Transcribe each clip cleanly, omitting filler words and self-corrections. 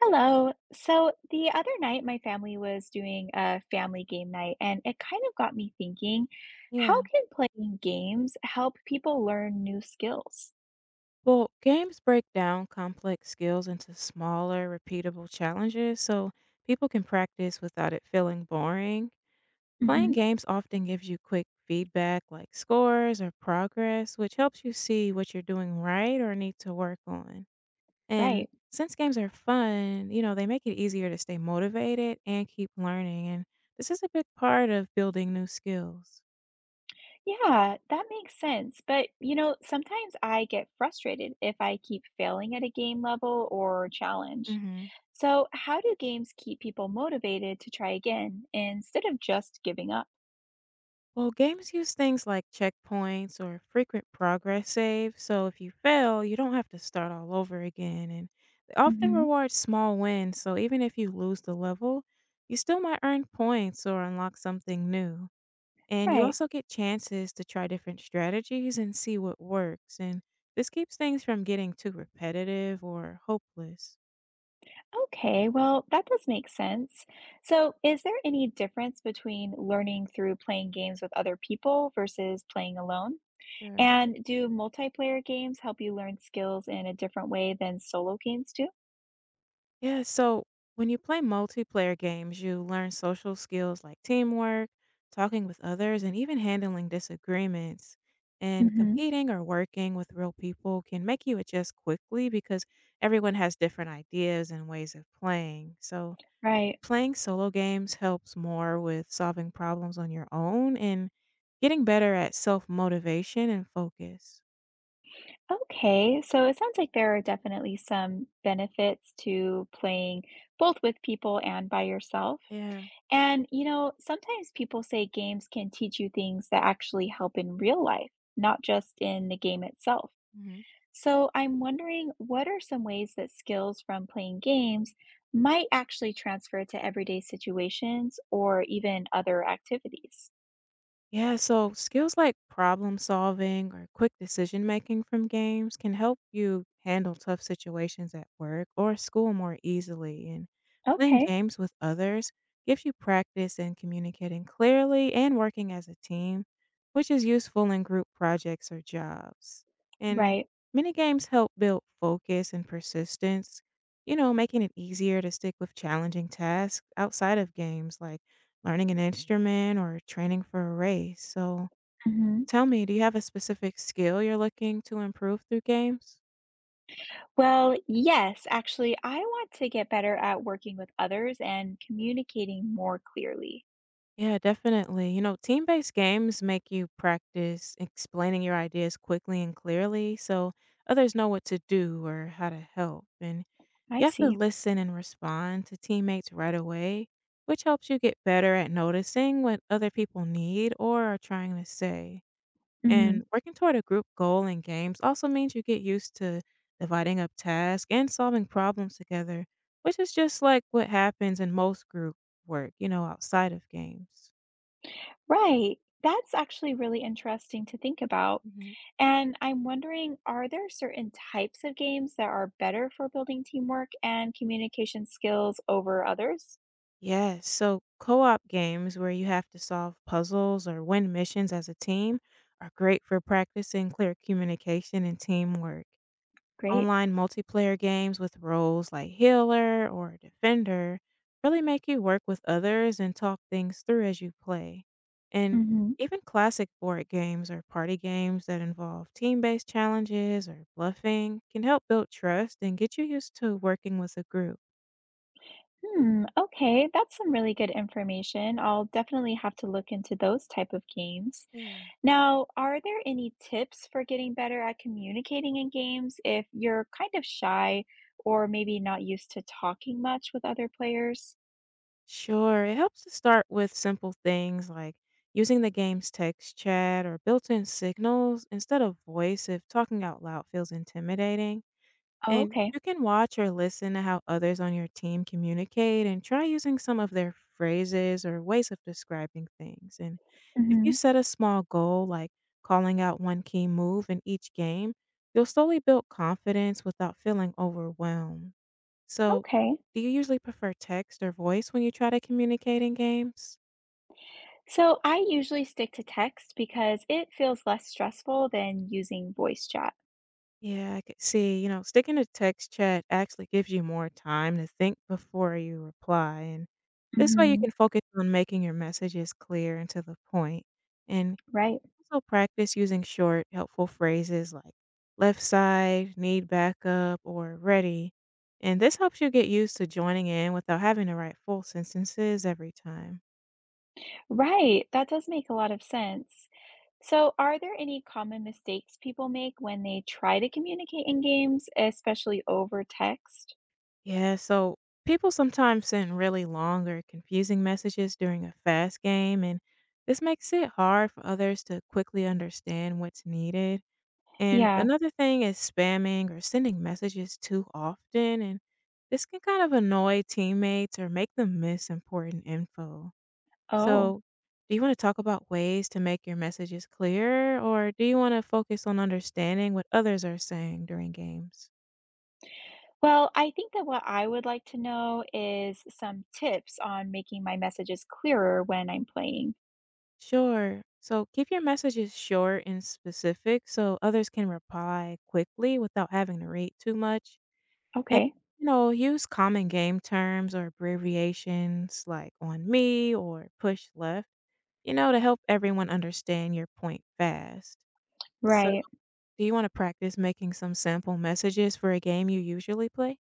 Hello. So the other night, my family was doing a family game night, and it kind of got me thinking, Yeah. how can playing games help people learn new skills? Well, games break down complex skills into smaller, repeatable challenges so people can practice without it feeling boring. Hmm. Playing games often gives you quick feedback like scores or progress, which helps you see what you're doing right or need to work on. And Right. since games are fun, they make it easier to stay motivated and keep learning. And this is a big part of building new skills. Yeah, that makes sense. But, sometimes I get frustrated if I keep failing at a game level or challenge. hmm So, how do games keep people motivated to try again instead of just giving up? Well, games use things like checkpoints or frequent progress saves, so if you fail, you don't have to start all over again. And they often Hmm. reward small wins, so even if you lose the level, you still might earn points or unlock something new. And you Right. also get chances to try different strategies and see what works. And this keeps things from getting too repetitive or hopeless. Okay, well, that does make sense. So, is there any difference between learning through playing games with other people versus playing alone? Sure. And do multiplayer games help you learn skills in a different way than solo games do? Yeah, so when you play multiplayer games, you learn social skills like teamwork, talking with others, and even handling disagreements. And Hmm. competing or working with real people can make you adjust quickly because everyone has different ideas and ways of playing. So, Right. playing solo games helps more with solving problems on your own and getting better at self motivation and focus. Okay, so it sounds like there are definitely some benefits to playing both with people and by yourself. Yeah. And, sometimes people say games can teach you things that actually help in real life, not just in the game itself. Mhm. So I'm wondering, what are some ways that skills from playing games might actually transfer to everyday situations or even other activities? Yeah, so skills like problem solving or quick decision making from games can help you handle tough situations at work or school more easily. And playing Okay. games with others gives you practice in communicating clearly and working as a team, which is useful in group projects or jobs. And Right. many games help build focus and persistence, making it easier to stick with challenging tasks outside of games like learning an instrument or training for a race. So Hmm. tell me, do you have a specific skill you're looking to improve through games? Well, yes, actually, I want to get better at working with others and communicating more clearly. Yeah, definitely. Team based games make you practice explaining your ideas quickly and clearly so others know what to do or how to help. And I you have to see. listen and respond to teammates right away, which helps you get better at noticing what other people need or are trying to say. Hmm. And working toward a group goal in games also means you get used to dividing up tasks and solving problems together, which is just like what happens in most group work, outside of games. Right. That's actually really interesting to think about. hmm And I'm wondering, are there certain types of games that are better for building teamwork and communication skills over others? Yes, so co op games where you have to solve puzzles or win missions as a team are great for practicing clear communication and teamwork. Great. Online multiplayer games with roles like healer or defender really make you work with others and talk things through as you play. And Hmm. even classic board games or party games that involve team based challenges or bluffing can help build trust and get you used to working with a group. Hmm. Okay, that's some really good information. I'll definitely have to look into those type of games. Yeah. Now, are there any tips for getting better at communicating in games if you're kind of shy or maybe not used to talking much with other players? Sure, it helps to start with simple things like using the game's text chat or built in signals instead of voice if talking out loud feels intimidating. Oh, And okay. you can watch or listen to how others on your team communicate and try using some of their phrases or ways of describing things. And if you Hmm. set a small goal, like calling out one key move in each game, you'll slowly build confidence without feeling overwhelmed. So, Okay. do you usually prefer text or voice when you try to communicate in games? So I usually stick to text because it feels less stressful than using voice chat. Yeah, I could see, sticking to text chat actually gives you more time to think before you reply. And this way you Hmm. can focus on making your messages clear and to the point. And Right. also practice using short, helpful phrases like left side, need backup, or ready. And this helps you get used to joining in without having to write full sentences every time. Right, that does make a lot of sense. So, are there any common mistakes people make when they try to communicate in games, especially over text? Yeah, so people sometimes send really long or confusing messages during a fast game, and this makes it hard for others to quickly understand what's needed. And Yeah. another thing is spamming or sending messages too often, and this can kind of annoy teammates or make them miss important info. Oh. So, do you want to talk about ways to make your messages clear, or do you want to focus on understanding what others are saying during games? Well, I think that what I would like to know is some tips on making my messages clearer when I'm playing. Sure. So keep your messages short and specific so others can reply quickly without having to read too much. And, Okay. you know, use common game terms or abbreviations like on me or push left, to help everyone understand your point fast. So, Right. do you want to practice making some sample messages for a game you usually play?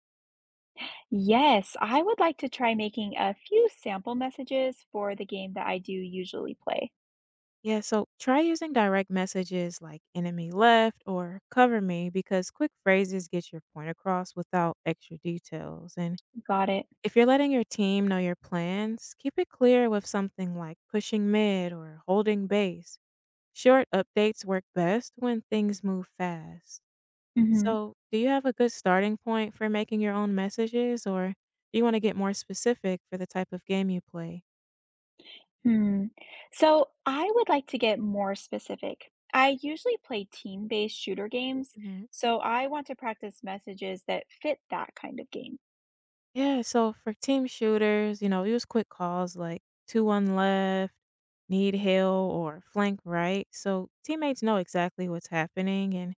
Yes, I would like to try making a few sample messages for the game that I do usually play. Yeah, so try using direct messages like enemy left or cover me because quick phrases get your point across without extra details. And Got it. if you're letting your team know your plans, keep it clear with something like pushing mid or holding base. Short updates work best when things move fast. Mm-hmm. So, do you have a good starting point for making your own messages or do you want to get more specific for the type of game you play? Hmm. So I would like to get more specific. I usually play team-based shooter games, so I want to practice messages that fit that kind of game. Yeah, so for team shooters, use quick calls like 2 1 left, need hill, or flank right. So teammates know exactly what's happening. And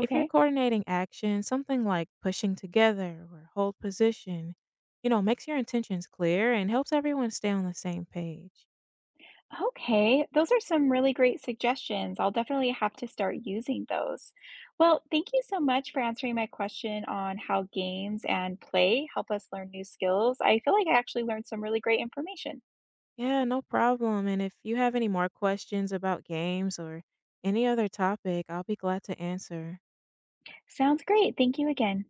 if you're coordinating action, something like pushing together or hold position, makes your intentions clear and helps everyone stay on the same page. Okay, those are some really great suggestions. I'll definitely have to start using those. Well, thank you so much for answering my question on how games and play help us learn new skills. I feel like I actually learned some really great information. Yeah, no problem. And if you have any more questions about games or any other topic, I'll be glad to answer. Sounds great. Thank you again.